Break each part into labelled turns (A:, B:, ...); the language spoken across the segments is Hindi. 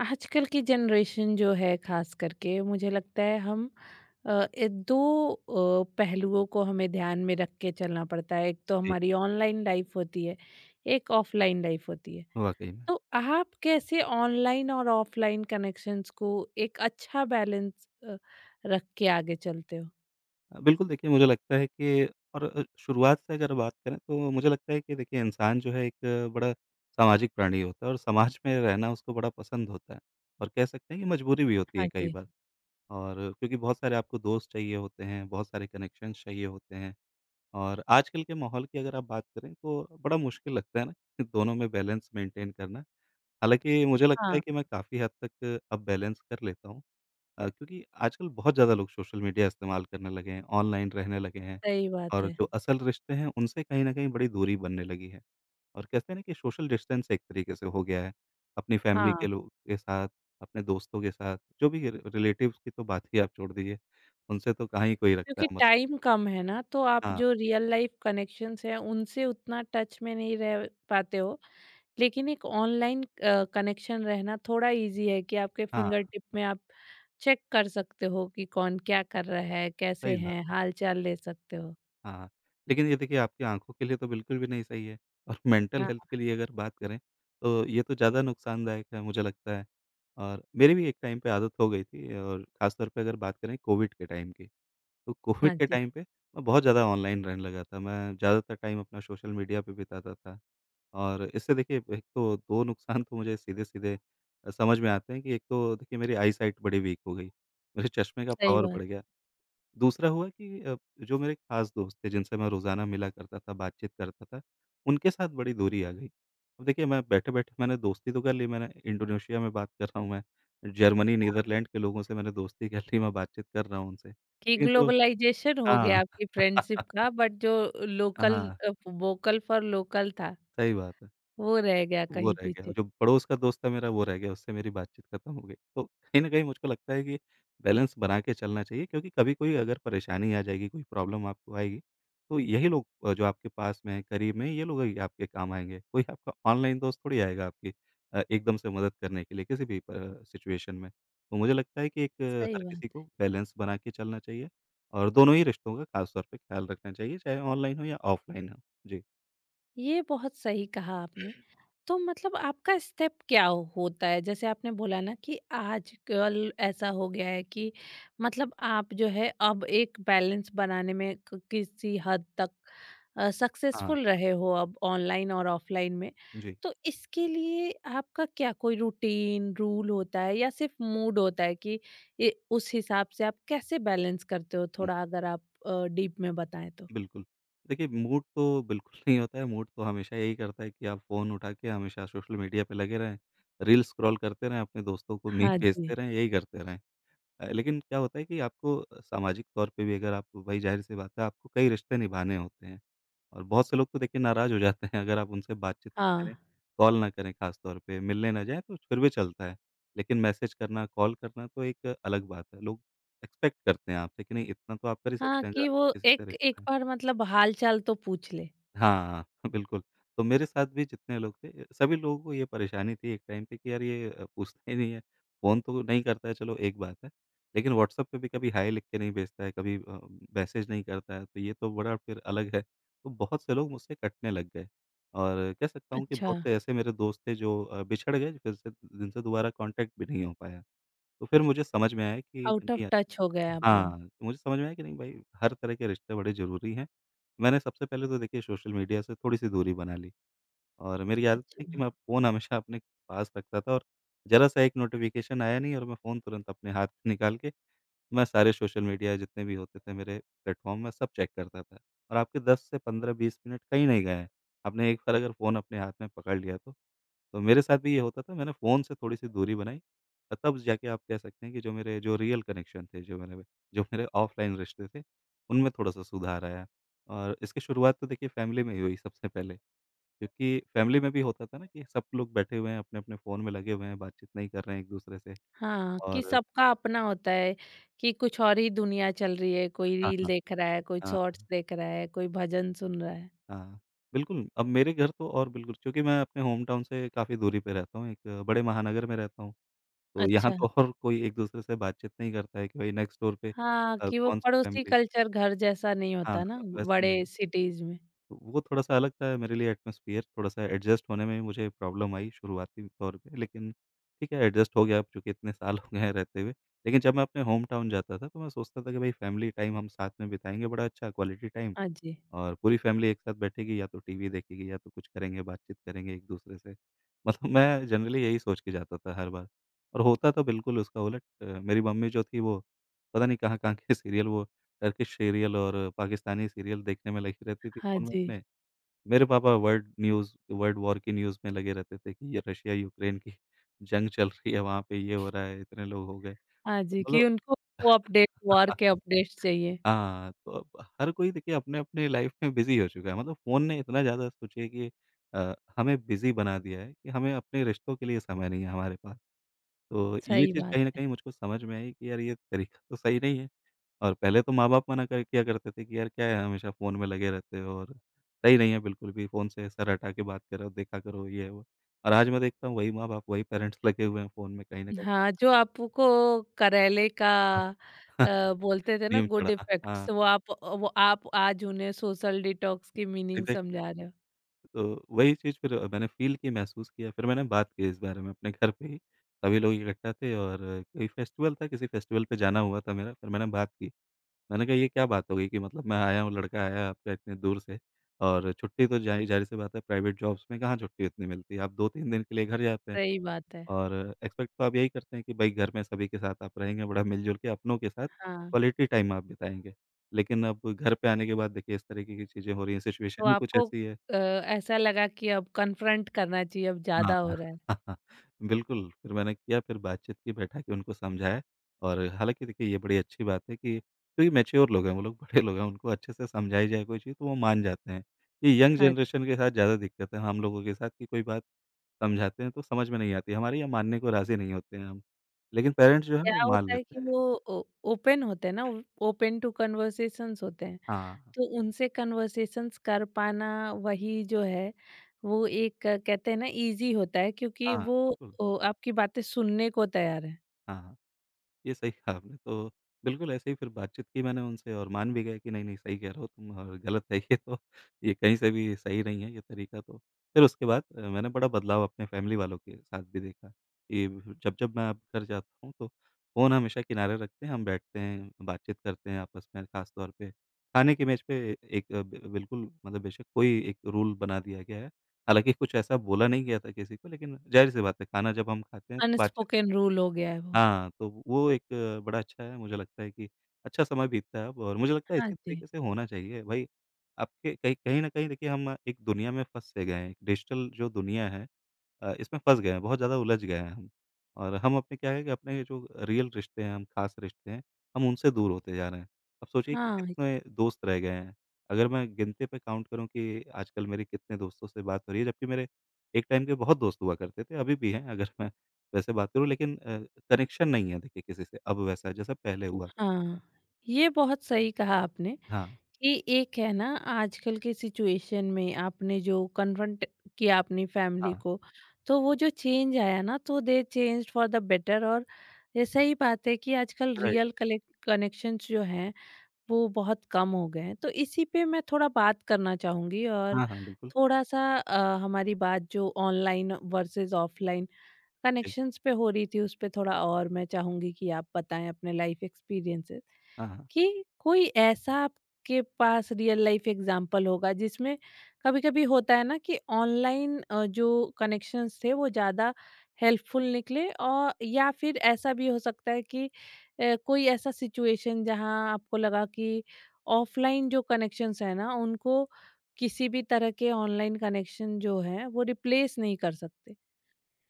A: आजकल की जनरेशन जो है खास करके मुझे लगता है हम दो पहलुओं को हमें ध्यान में रख के चलना पड़ता है, एक तो
B: जी,
A: हमारी ऑनलाइन लाइफ होती है, एक ऑफलाइन लाइफ होती है।
B: वाक़ई में।
A: तो आप कैसे ऑनलाइन और ऑफलाइन कनेक्शंस को एक अच्छा बैलेंस रख के आगे चलते हो?
B: बिल्कुल देखिए मुझे लगता है कि और शुरुआत से अगर बात करें तो मुझे लगता है कि देखिए इंसान जो है एक बड़ा सामाजिक प्राणी होता है और समाज में रहना उसको बड़ा पसंद होता है। और कह सकते हैं कि मजबूरी भी होती
A: हाँ
B: है कई
A: जी।
B: बार। और क्योंकि बहुत सारे आपको दोस्त चाहिए होते हैं, बहुत सारे कनेक्शंस चाहिए होते हैं। और आजकल के माहौल की अगर आप बात करें तो बड़ा मुश्किल लगता है ना कि दोनों में बैलेंस मेंटेन करना। हालाँकि मुझे लगता है कि
A: हाँ।
B: मैं काफ़ी हद तक अब बैलेंस कर लेता हूँ। क्योंकि आजकल बहुत ज़्यादा लोग सोशल मीडिया इस्तेमाल करने लगे हैं, ऑनलाइन रहने लगे हैं
A: सही बात
B: और
A: है।
B: जो असल रिश्ते हैं, उनसे कहीं न कहीं बड़ी दूरी बनने लगी है। और कहते हैं ना कि सोशल डिस्टेंस एक तरीके से हो गया है, अपनी फैमिली के
A: हाँ।
B: लोग के साथ, अपने दोस्तों के साथ, जो भी रि रिलेटिव्स की तो बात ही आप छोड़ दीजिए, उनसे तो कहाँ ही कोई रखता
A: क्योंकि
B: है मत।
A: टाइम कम है ना, तो आप
B: हाँ,
A: जो रियल लाइफ कनेक्शंस हैं उनसे उतना टच में नहीं रह पाते हो। लेकिन एक ऑनलाइन कनेक्शन रहना थोड़ा इजी है कि आपके
B: हाँ,
A: फिंगर टिप में आप चेक कर सकते हो कि कौन क्या कर रहा है, कैसे
B: सही बात।
A: हैं, हाल चाल ले सकते हो।
B: हाँ, लेकिन ये देखिए आपकी आँखों के लिए तो बिल्कुल भी नहीं सही है और मेंटल
A: हाँ,
B: हेल्थ के लिए अगर बात करें तो ये तो ज़्यादा नुकसानदायक है मुझे लगता है। और मेरी भी एक टाइम पे आदत हो गई थी और ख़ास तौर पे अगर बात करें कोविड के टाइम की, तो कोविड
A: हाँ
B: के
A: जी,
B: टाइम पे मैं बहुत ज़्यादा ऑनलाइन रहने लगा था। मैं ज़्यादातर टाइम अपना सोशल मीडिया पे बिताता था और इससे देखिए एक तो 2 नुकसान तो मुझे सीधे-सीधे समझ में आते हैं कि एक तो देखिए मेरी आई साइट बड़ी वीक हो गई, मेरे चश्मे का
A: सही
B: पावर
A: बात।
B: बढ़ गया। दूसरा हुआ कि जो मेरे खास दोस्त थे जिनसे मैं रोज़ाना मिला करता था, बातचीत करता था, उनके साथ बड़ी दूरी आ गई। अब देखिए मैं बैठे-बैठे मैंने दोस्ती तो कर ली, मैंने इंडोनेशिया में बात कर रहा हूँ मैं, जर्मनी,
A: हाँ,
B: नीदरलैंड के लोगों से मैंने दोस्ती कर ली, मैं बातचीत कर रहा हूँ उनसे।
A: कि
B: लेकिन जो
A: ग्लोबलाइज़ेशन हो
B: हाँ,
A: गया आपकी फ्रेंडशिप का, बट जो लोकल
B: हाँ,
A: वोकल फॉर लोकल था,
B: सही बात है।
A: वो रह गया
B: वो
A: कहीं
B: रह गया,
A: पीछे।
B: जो पड़ोस का दोस्त था मेरा वो रह गया, उससे मेरी बातचीत खत्म हो गई। तो कहीं न कहीं मुझको लगता है कि बैलेंस बना के चलना चाहिए क्योंकि कभी कोई अगर परेशानी आ जाएगी, कोई प्रॉब्लम आपको आएगी, तो यही लोग जो आपके पास में हैं, करीब में हैं, ये लोग ही आपके काम आएँगे। कोई आपका ऑनलाइन दोस्त थोड़ी आएगा आपकी एकदम से मदद करने के लिए किसी भी प सिचुएशन में। तो मुझे लगता है कि
A: सही
B: हर
A: बात
B: किसी को
A: है।
B: बैलेंस बना के चलना चाहिए और दोनों ही रिश्तों का खास तौर पे ख्याल रखना चाहिए, चाहे ऑनलाइन हो या ऑफलाइन हो। जी।
A: ये बहुत सही कहा आपने। तो मतलब आपका स्टेप होता है? जैसे आपने बोला ना कि आजकल ऐसा हो गया है कि मतलब आप जो है अब एक बैलेंस बनाने में क किसी हद तक
B: हाँ,
A: सक्सेसफुल रहे हो अब ऑनलाइन और ऑफलाइन में।
B: जी।
A: तो इसके लिए आपका क्या कोई रूटीन, रूल होता है या सिर्फ़ मूड होता है कि ये उस हिसाब से आप कैसे बैलेंस करते हो? थोड़ा अगर आप डीप में बताएँ तो?
B: बिल्कुल। देखिए मूड तो बिल्कुल नहीं होता है, मूड तो हमेशा यही करता है कि आप फ़ोन उठा के हमेशा सोशल मीडिया पे लगे रहें, रील स्क्रॉल करते रहें, अपने दोस्तों को मीम
A: हाँ जी।
B: भेजते रहें, यही करते रहें। लेकिन क्या होता है कि आपको सामाजिक तौर पे भी अगर आप भाई ज़ाहिर-सी बात है आपको कई रिश्ते निभाने होते हैं। और बहुत से लोग तो देखिए नाराज़ हो जाते हैं अगर आप उनसे बातचीत नहीं
A: हाँ।
B: करें, कॉल ना करें ख़ास तौर पे, मिलने ना जाएँ तो फिर भी चलता है। लेकिन मैसेज करना, कॉल करना तो एक अलग बात है, लोग एक्सपेक्ट करते हैं आपसे कि नहीं इतना तो आप कर ही
A: हाँ,
B: सकते हैं अगर
A: कि वो
B: आपका किसी से
A: एक
B: रिश्ता
A: एक
B: है।
A: बार मतलब हाल-चाल तो पूछ ले।
B: हाँ, बिल्कुल। तो मेरे साथ भी जितने लोग थे, सभी लोगों को ये परेशानी थी एक टाइम पे कि यार ये पूछता ही नहीं है। फ़ोन तो नहीं करता है चलो एक बात है, लेकिन व्हाट्सएप पे भी कभी हाय लिख के नहीं भेजता है, कभी मैसेज नहीं करता है, तो ये तो बड़ा फिर अलग है। तो बहुत से लोग मुझसे कटने लग गए और कह सकता हूँ कि
A: अच्छा,
B: बहुत से ऐसे मेरे दोस्त थे जो बिछड़ गए फिर से जिनसे दोबारा कॉन्टैक्ट भी नहीं हो पाया। तो फिर मुझे समझ में आया कि
A: आउट ऑफ
B: नहीं।
A: टच हो गए आप लोग।
B: हाँ, तो मुझे समझ में आया कि नहीं भाई हर तरह के रिश्ते बड़े ज़रूरी हैं। मैंने सबसे पहले तो देखिए सोशल मीडिया से थोड़ी-सी दूरी बना ली और मेरी आदत
A: अच्छा,
B: थी कि मैं फ़ोन हमेशा अपने पास रखता था और ज़रा-सा एक नोटिफ़िकेशन आया नहीं और मैं फ़ोन तुरंत अपने हाथ से निकाल के मैं सारे सोशल मीडिया जितने भी होते थे मेरे प्लेटफ़ॉर्म में सब चेक करता था। और आपके 10 से 15-20 मिनट कहीं नहीं गए हैं। आपने एक बार अगर फ़ोन अपने हाथ में पकड़ लिया तो। तो मेरे साथ भी ये होता था मैंने फ़ोन से थोड़ी-सी दूरी बनाई और तब जाके आप कह सकते हैं कि जो रियल कनेक्शन थे, जो मेरे ऑफ़लाइन रिश्ते थे, उनमें थोड़ा-सा सुधार आया। और इसकी शुरुआत तो देखिए फ़ैमिली में ही हुई सबसे पहले क्योंकि फ़ैमिली में भी होता था ना कि सब लोग बैठे हुए हैं, अपने-अपने फ़ोन में लगे हुए हैं, बातचीत नहीं कर रहे हैं एक-दूसरे से
A: हाँ, कि
B: और
A: सबका अपना होता है, कि कुछ और ही दुनिया चल रही है, कोई
B: हाँ,
A: रील
B: हाँ।
A: देख रहा है, कोई शॉर्ट्स देख रहा है, कोई भजन सुन रहा है।
B: हाँ, बिल्कुल, अब मेरे घर तो और बिल्कुल क्योंकि मैं अपने होम टाउन से काफ़ी दूरी पे रहता हूँ, एक बड़े महानगर में रहता हूँ, तो यहाँ
A: अच्छा,
B: तो और कोई एक-दूसरे से बातचीत नहीं करता है कि भई नेक्स्ट डोर पे
A: हाँ, कि वो
B: कौन-सी
A: पड़ोसी
B: फैमिली
A: कल्चर घर जैसा नहीं
B: हाँ,
A: होता ना
B: वैसा नहीं
A: बड़े
B: है।
A: सिटीज़ में।
B: तो वो थोड़ा-सा अलग था मेरे लिए एटमॉस्फियर, थोड़ा-सा एडजस्ट होने में मुझे प्रॉब्लम आई शुरुआती तौर पे, लेकिन ठीक है एडजस्ट हो गया अब चूँकि इतने साल हो गए हैं रहते हुए। लेकिन जब मैं अपने होम टाउन जाता था, तो मैं सोचता था कि भई फैमिली टाइम हम साथ में बिताएँगे, बड़ा अच्छा क्वालिटी टाइम।
A: हाँ जी।
B: और पूरी फ़ैमिली एक साथ बैठेगी या तो टीवी देखेगी या तो कुछ करेंगे, बातचीत करेंगे एक-दूसरे से। मतलब मैं जनरली यही सोच के जाता था हर बार और होता तो बिल्कुल उसका उलट। मेरी मम्मी जो थी वो पता नहीं कहाँ-कहाँ के सीरियल वो टर्किश सीरियल और पाकिस्तानी सीरियल देखने में लगी रहती थी
A: हाँ
B: फ़ोन में
A: जी।
B: अपने। मेरे पापा वर्ल्ड न्यूज़ वर्ल्ड वॉर की न्यूज़ में लगे रहते थे कि ये रशिया-यूक्रेन की जंग चल रही है, वहाँ पे ये हो रहा है, इतने लोग हो गए।
A: हाँ
B: तो
A: जी, कि
B: मतलब
A: उनको वो अपडेट, वॉर के अपडेट्स चाहिए।
B: हाँ, तो अब हर कोई देखिए अपने-अपने लाइफ़ में बिज़ी हो चुका है मतलब फ़ोन ने इतना ज़्यादा सोचिए कि हमें बिज़ी बना दिया है कि हमें अपने रिश्तों के लिए समय नहीं है हमारे पास। तो ये
A: सही
B: चीज़
A: बात।
B: कहीं न कहीं मुझको समझ में आई कि यार ये तरीका तो सही नहीं है। और पहले तो माँ-बाप मना कर किया करते थे कि यार क्या है हमेशा फ़ोन में लगे रहते हो और सही नहीं है बिल्कुल भी फ़ोन से सर हटा के बात करो, देखा करो ये वो। और आज मैं देखता हूँ वही माँ-बाप, वही पेरेंट्स लगे हुए हैं फ़ोन में कहीं न कहीं।
A: हाँ, जो आपको करेले का बोलते थे ना
B: नियम
A: गुड
B: चढ़ा हाँ,
A: इफेक्ट्स, वो आप आज उन्हें सोशल डिटॉक्स की मीनिंग
B: एग्ज़ैक्ट।
A: समझा रहे हो।
B: तो वही चीज़ फिर मैंने फ़ील की, महसूस किया, फिर मैंने बात की इस बारे में अपने घर पे ही। सभी लोग इकट्ठा थे और कोई फेस्टिवल था, किसी फेस्टिवल पे जाना हुआ था मेरा, फिर मैंने बात की। मैंने कहा, "ये क्या बात हो गई कि मतलब मैं आया हूँ, लड़का आया है आपका इतने दूर से और छुट्टी तो ज़ाहिर-सी बात है प्राइवेट जॉब्स में कहाँ छुट्टी इतनी मिलती है। आप 2-3 दिन के लिए घर जाते हैं
A: सही बात है।
B: और एक्सपेक्ट तो आप यही करते हैं कि भई घर में सभी के साथ आप रहेंगे, बड़ा मिल-जुल के अपनों के साथ
A: हाँ,
B: क्वालिटी टाइम आप बिताएँगे। लेकिन अब घर पे आने के बाद देखिए इस तरीके की चीज़ें हो रही हैं,
A: तो
B: सिचुएशन ही कुछ
A: आपको
B: ऐसी है।
A: ऐसा लगा कि अब कन्फ्रंट करना चाहिए, अब
B: हाँ,
A: ज़्यादा हो रहा है।
B: बिल्कुल, फिर मैंने किया, फिर बातचीत की, बैठा के उनको समझाया और हालाँकि देखिए ये बड़ी अच्छी बात है कि क्योंकि मैच्योर लोग हैं वो लोग, बड़े लोग हैं, उनको अच्छे से समझाई जाए कोई चीज़ तो वो मान जाते हैं। ये यंग
A: हाँ,
B: जनरेशन के साथ ज़्यादा दिक्कत है हम लोगों के साथ कि कोई बात समझाते हैं तो समझ में नहीं आती, हमारे यहाँ मानने को राज़ी नहीं होते हैं हम, लेकिन पेरेंट्स जो है
A: क्या
B: वो मान
A: होता है
B: लेते
A: कि
B: हैं।
A: वो ओ ओपन होते हैं ना, ओपन टू कन्वर्सेशंस होते हैं।
B: हाँ,
A: तो उनसे कन्वर्सेशंस कर पाना वही जो है वो एक कहते हैं ना इजी होता है, क्योंकि
B: हाँ, बिल्कुल।
A: आपकी बातें सुनने को तैयार है।
B: हाँ, हाँ। ये सही कहा आपने, तो बिल्कुल ऐसे ही फिर बातचीत की मैंने उनसे और मान भी गए कि नहीं, नहीं सही कह रहे हो तुम और गलत है ये तो, ये कहीं से भी सही नहीं है ये तरीका तो। फिर उसके बाद मैंने बड़ा बदलाव अपने फैमिली वालों के साथ भी देखा कि जब-जब मैं अब घर जाता हूँ तो फ़ोन हमेशा किनारे रखते हैं, हम बैठते हैं, बातचीत करते हैं आपस में खास तौर पे। खाने की मेज़ पे एक अ, बि बिल्कुल मतलब बेशक कोई एक रूल बना दिया गया है। हालाँकि कुछ ऐसा बोला नहीं गया था किसी को लेकिन ज़ाहिर-सी बात है खाना जब हम खाते हैं तो बातचीत
A: अनस्पोकन
B: करते हैं।
A: रूल हो गया है वो।
B: हाँ, तो वो एक बड़ा अच्छा है, मुझे लगता है कि अच्छा समय बीतता है अब और मुझे लगता है
A: हाँ
B: इसी
A: जी।
B: तरीके से होना चाहिए। भई, आपके कहीं कहीं न कहीं देखिए हम एक दुनिया में फँस से गए हैं, एक डिजिटल जो दुनिया है, इसमें फँस गए हैं, बहुत ज़्यादा उलझ गए हैं हम। और हम अपने क्या है कि अपने जो रियल रिश्ते हैं, हम ख़ास रिश्ते हैं, हम उनसे दूर होते जा रहे हैं। अब सोचिए कि
A: हाँ।
B: कितने दोस्त रह गए हैं। अगर मैं गिनती पे काउंट करूँ कि आजकल मेरे कितने दोस्तों से बात हो रही है, जबकि मेरे एक टाइम के बहुत दोस्त हुआ करते थे, अभी भी हैं अगर मैं वैसे बात करूँ लेकिन कनेक्शन नहीं है देखिए किसी से अब वैसा जैसा पहले हुआ करता
A: हाँ।
B: था।
A: ये बहुत सही कहा आपने
B: हाँ,
A: कि एक है ना, आजकल के सिचुएशन में आपने जो कन्फ्रंट किया अपनी फैमिली
B: हाँ,
A: को, तो वो जो चेंज आया ना, तो the change for the better. और ये सही बात है कि आजकल
B: राइट।
A: रियल कनेक्शंस जो हैं वो बहुत कम हो गए हैं। तो इसी पे मैं थोड़ा बात करना चाहूँगी, और
B: हाँ, हाँ, बिल्कुल।
A: थोड़ा-सा हमारी बात जो ऑनलाइन वर्सेस ऑफ़लाइन
B: जी।
A: कनेक्शंस पे हो रही थी, उस पे थोड़ा और मैं चाहूँगी कि आप बताएँ अपने लाइफ़ एक्सपीरियंसेस।
B: हाँ, हाँ।
A: कि कोई ऐसा आपके पास रियल लाइफ एग्जांपल होगा जिसमें कभी-कभी होता है ना कि ऑनलाइन जो कनेक्शंस थे वो ज़्यादा हेल्पफुल निकले, और या फिर ऐसा भी हो सकता है कि कोई ऐसा सिचुएशन जहां आपको लगा कि ऑफलाइन जो कनेक्शंस है ना उनको किसी भी तरह के ऑनलाइन कनेक्शन जो है वो रिप्लेस नहीं कर सकते।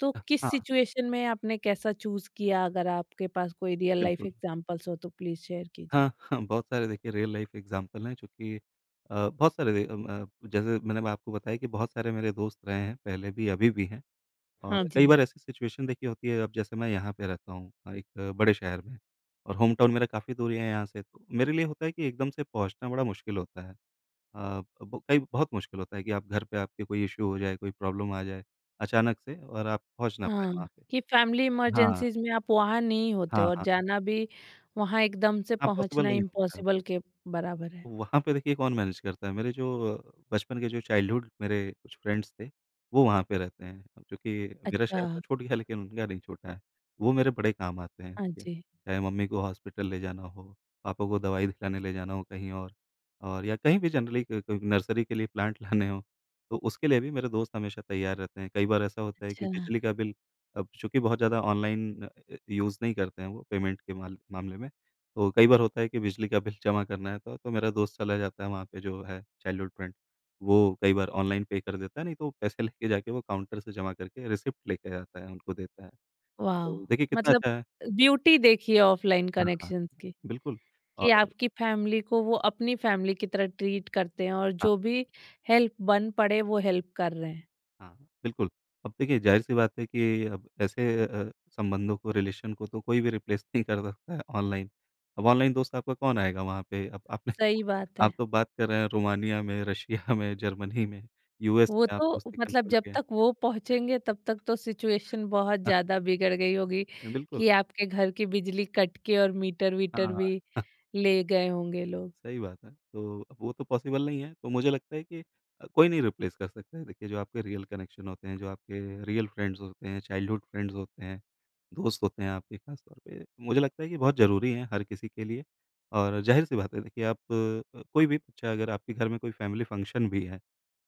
A: तो किस
B: हाँ,
A: सिचुएशन में आपने कैसा चूज़ किया, अगर आपके पास कोई रियल लाइफ
B: बिल्कुल।
A: एग्जांपल्स हो तो प्लीज़ शेयर कीजिए?
B: हाँ, हाँ, बहुत सारे देखिए रियल लाइफ़ एग्ज़ाम्पल हैं जो कि अ, बहुत सारे दे अम, अ, जैसे मैंने मैं आपको बताया कि बहुत सारे मेरे दोस्त रहे हैं, पहले भी, अभी भी हैं और
A: हाँ
B: कई
A: जी।
B: बार ऐसी सिचुएशन देखिए होती है अब जैसे मैं यहाँ पे रहता हूँ एक बड़े शहर में और होम टाउन मेरा काफ़ी दूरी है यहाँ से, तो मेरे लिए होता है कि एकदम से पहुँचना बड़ा मुश्किल होता है। अ, ब कई बहुत मुश्किल होता है कि आप घर पे आपके कोई इश्यू हो जाए, कोई प्रॉब्लम आ जाए अचानक से और आप पहुँच ना पाएँ वहाँ
A: हाँ,
B: पे।
A: कि फैमिली
B: हाँ,
A: इमरजेंसीज़ में आप वहाँ नहीं होते,
B: हाँ,
A: और
B: हाँ,
A: जाना भी वहाँ एकदम से
B: हाँ, पॉसिबल
A: पहुँचना
B: नहीं होता है वो।
A: इम्पॉसिबल के बराबर है।
B: वहाँ पे देखिए कौन मैनेज करता है, मेरे जो बचपन के जो चाइल्डहुड मेरे कुछ फ्रेंड्स थे, वो वहाँ पे रहते हैं। अब चूँकि मेरा
A: अच्छा।
B: शहर तो छूट गया लेकिन उनका नहीं छूटा है, वो मेरे बड़े काम आते हैं
A: हाँ
B: देखिए।
A: जी।
B: चाहे मम्मी को हॉस्पिटल ले जाना हो, पापा को दवाई दिलाने ले जाना हो कहीं और या कहीं भी जनरली क कोई नर्सरी के लिए प्लांट लाने हों, तो उसके लिए भी मेरे दोस्त हमेशा तैयार रहते हैं। कई बार ऐसा होता है कि
A: अच्छा।
B: बिजली का बिल अब चूँकि बहुत ज़्यादा ऑनलाइन यूज़ नहीं करते हैं वो पेमेंट के माल मामले में, तो कई बार होता है कि बिजली का बिल जमा करना है तो मेरा दोस्त चला जाता है वहाँ पे जो है चाइल्डहुड फ्रेंड, वो कई बार ऑनलाइन पे कर देता है, नहीं तो पैसे लेके जाके वो काउंटर से जमा करके रिसिप्ट लेके जाता है, उनको देता है।
A: वॉव!
B: ओह! देखिए कितना
A: मतलब
B: अच्छा है
A: ब्यूटी देखी है ऑफ़लाइन
B: हाँ, हाँ,
A: कनेक्शंस की,
B: बिल्कुल
A: कि
B: और
A: आपकी फैमिली को वो अपनी फैमिली की तरह ट्रीट करते हैं और
B: हाँ,
A: जो भी हेल्प बन पड़े वो हेल्प कर रहे हैं।
B: हाँ, बिल्कुल। अब देखिए ज़ाहिर-सी बात है कि अब ऐसे संबंधों को, रिलेशन को तो कोई भी रिप्लेस नहीं कर सकता है ऑनलाइन। अब ऑनलाइन दोस्त आपका कौन आएगा वहाँ पे? अब आपने
A: सही बात
B: आप
A: है।
B: तो बात कर रहे हैं रोमानिया में, रशिया में, जर्मनी में, यूएस
A: वो
B: में आप
A: तो
B: दोस्ती
A: मतलब
B: करने
A: जब
B: लगे हैं।
A: तक वो पहुँचेंगे तब तक तो सिचुएशन बहुत
B: हाँ,
A: ज़्यादा बिगड़ गई होगी,
B: बिल्कुल।
A: कि आपके घर की बिजली कट के और मीटर-वीटर
B: हाँ,
A: भी ले गए होंगे लोग।
B: सही बात है। तो अब वो तो पॉसिबल नहीं है, तो मुझे लगता है कि कोई नहीं रिप्लेस कर सकता है। देखिए, जो आपके रियल कनेक्शन होते हैं, जो आपके रियल फ्रेंड्स होते हैं, चाइल्डहुड फ्रेंड्स होते हैं, दोस्त होते हैं आपके खास तौर पे, मुझे लगता है कि बहुत ज़रूरी हैं हर किसी के लिए। और ज़ाहिर-सी बात है, देखिए आप कोई भी बच्चा अगर आपके घर में कोई फैमिली फंक्शन भी है,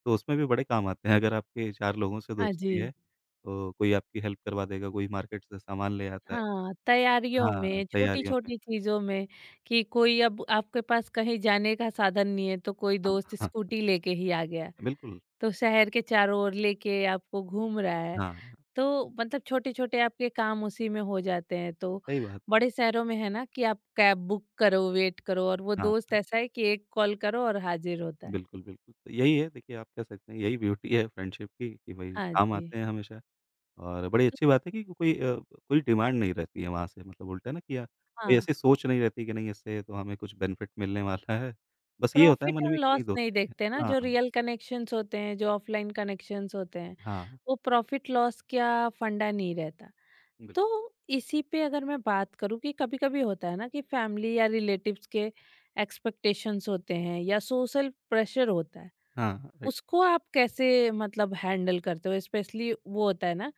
B: तो उसमें भी बड़े काम आते हैं। अगर आपके 4 लोगों से
A: हाँ
B: दोस्ती
A: जी।
B: है, तो कोई आपकी हेल्प करवा देगा, कोई मार्केट से सामान ले आता है।
A: हाँ, तैयारियों
B: हाँ,
A: में,
B: तैयारियों में।
A: छोटी-छोटी चीज़ों में, कि कोई अब आपके पास कहीं जाने का साधन नहीं है तो कोई
B: हाँ।
A: दोस्त
B: हाँ।
A: स्कूटी लेके ही आ गया।
B: बिल्कुल।
A: तो शहर के चारों ओर लेके आपको घूम रहा है।
B: हाँ।
A: तो मतलब छोटे-छोटे आपके काम उसी में हो जाते हैं। तो
B: सही बात है।
A: बड़े शहरों में है ना कि आप कैब बुक करो, वेट करो, और वो
B: हाँ,
A: दोस्त
B: हाँ।
A: ऐसा है कि एक कॉल करो और हाज़िर होता है।
B: बिल्कुल, बिल्कुल। तो यही है देखिए आप कह सकते हैं यही ब्यूटी है फ्रेंडशिप की कि भई
A: हाँ
B: काम
A: जी।
B: आते हैं हमेशा और बड़ी अच्छी बात है कि कोई कोई डिमांड नहीं रहती है वहाँ से मतलब उल्टा ना कि कोई
A: हाँ,
B: ऐसी सोच नहीं रहती कि नहीं इससे तो हमें कुछ बेनिफिट मिलने वाला है। बस ये होता है
A: प्रॉफ़िट
B: मन में
A: एंड
B: कि नहीं
A: लॉस नहीं
B: दोस्ती है।
A: देखते ना
B: हाँ,
A: जो
B: हाँ।
A: रियल कनेक्शंस होते हैं, जो ऑफ़लाइन कनेक्शंस होते हैं,
B: हाँ।
A: वो प्रॉफ़िट लॉस का फंडा नहीं रहता। तो
B: बिल्कुल।
A: इसी पे अगर मैं बात करूँ कि कभी-कभी होता है ना कि फ़ैमिली या रिलेटिव्स के एक्सपेक्टेशंस होते हैं या सोशल प्रेशर होता है।
B: हाँ, राइट।
A: उसको आप कैसे मतलब हैंडल करते हो, स्पेशली वो होता है ना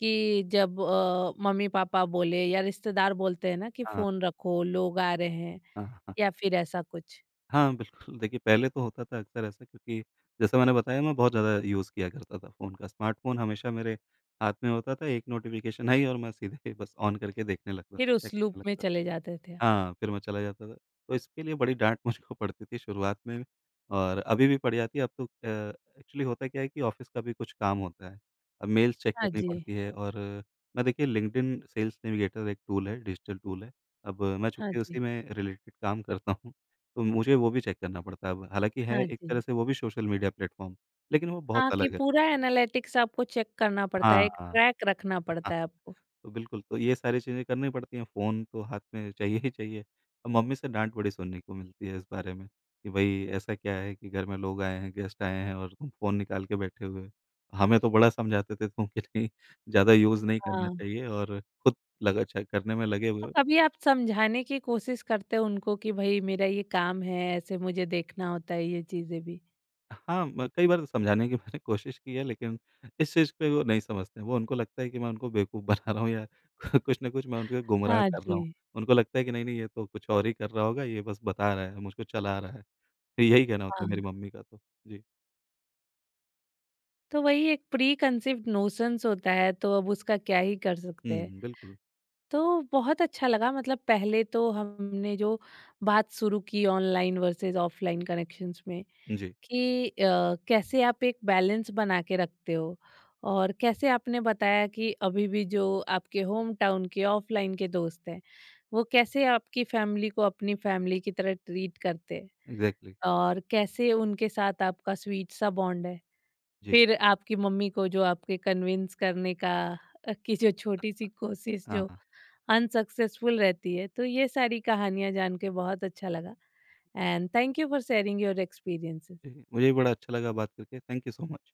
A: कि जब मम्मी पापा बोले या रिश्तेदार बोलते हैं ना कि
B: हाँ,
A: फोन रखो, लोग आ रहे हैं,
B: हाँ।
A: या फिर ऐसा कुछ।
B: हाँ, बिल्कुल। देखिए, पहले तो होता था अक्सर ऐसा क्योंकि जैसा मैंने बताया मैं बहुत ज़्यादा यूज़ किया करता था फ़ोन का। स्मार्टफ़ोन हमेशा मेरे हाथ में होता था, एक नोटिफ़िकेशन आई और मैं सीधे बस ऑन करके देखने लगता था,
A: फिर
B: चेक
A: उस
B: करने
A: लूप में
B: लगता
A: चले जाते थे आप।
B: था। हाँ, फिर मैं चला जाता था। तो इसके लिए बड़ी डाँट मुझको पड़ती थी शुरुआत में और अभी भी पड़ जाती है। अब तो एक्चुअली होता क्या है कि ऑफ़िस का भी कुछ काम होता है। अब मेल्स चेक
A: हाँ
B: करनी
A: जी।
B: पड़ती है और मैं देखिए लिंक्डइन सेल्स नेविगेटर एक टूल है, डिजिटल टूल है। अब मैं
A: हाँ
B: चूँकि उसी
A: जी।
B: में रिलेटेड काम करता हूँ, तो मुझे वो भी चेक करना पड़ता है अब। हालाँकि है
A: हाँ
B: एक तरह
A: जी।
B: से वो भी सोशल मीडिया प्लेटफ़ॉर्म, लेकिन वो बहुत
A: हाँ, कि
B: अलग है।
A: पूरा एनालिटिक्स आपको चेक करना पड़ता
B: हाँ,
A: है, एक
B: हाँ।
A: ट्रैक रखना पड़ता है आपको।
B: तो बिल्कुल, तो ये सारी चीज़ें करनी पड़ती हैं, फ़ोन तो हाथ में चाहिए ही चाहिए। अब मम्मी से डाँट बड़ी सुनने को मिलती है इस बारे में कि भई ऐसा क्या है कि घर में लोग आए हैं, गेस्ट आए हैं और तुम फ़ोन निकाल के बैठे हुए हो। हमें तो बड़ा समझाते थे तुम कि नहीं ज़्यादा यूज़ नहीं करना
A: हाँ।
B: चाहिए और खुद लगा अच्छा करने में लगे हुए
A: तो
B: हो।
A: कभी आप समझाने की कोशिश करते हो उनको कि भाई मेरा ये काम है, ऐसे मुझे देखना होता है ये चीजें भी।
B: हाँ, म कई बार तो समझाने की मैंने कोशिश की है लेकिन इस चीज़ पे वो नहीं समझते हैं। वो उनको लगता है कि मैं उनको बेवकूफ़ बना रहा हूँ या कुछ न कुछ मैं उनको गुमराह
A: हाँ
B: कर रहा
A: जी।
B: हूँ। उनको लगता है कि नहीं-नहीं ये तो कुछ और ही कर रहा होगा, ये बस बता रहा है, मुझको चला रहा है। यही कहना होता है मेरी मम्मी का तो। जी।
A: तो वही एक प्री कंसीव्ड नोशंस होता है, तो अब उसका क्या ही कर सकते हैं।
B: हुँ, बिल्कुल।
A: तो बहुत अच्छा लगा, मतलब पहले तो हमने जो बात शुरू की ऑनलाइन वर्सेस ऑफलाइन कनेक्शंस में,
B: जी,
A: कि कैसे आप एक बैलेंस बना के रखते हो, और कैसे आपने बताया कि अभी भी जो आपके होम टाउन के ऑफलाइन के दोस्त हैं वो कैसे आपकी फैमिली को अपनी फैमिली की तरह ट्रीट करते हैं,
B: एग्ज़ैक्टली।
A: और कैसे उनके साथ आपका स्वीट सा बॉन्ड है।
B: जी।
A: फिर आपकी मम्मी को जो आपके कन्विंस करने का की जो छोटी सी कोशिश
B: हाँ,
A: जो
B: हाँ।
A: अनसक्सेसफुल रहती है, तो ये सारी कहानियाँ जान के बहुत अच्छा लगा। And thank you for sharing your experiences.
B: जी, मुझे भी बड़ा अच्छा लगा बात करके। Thank you so much.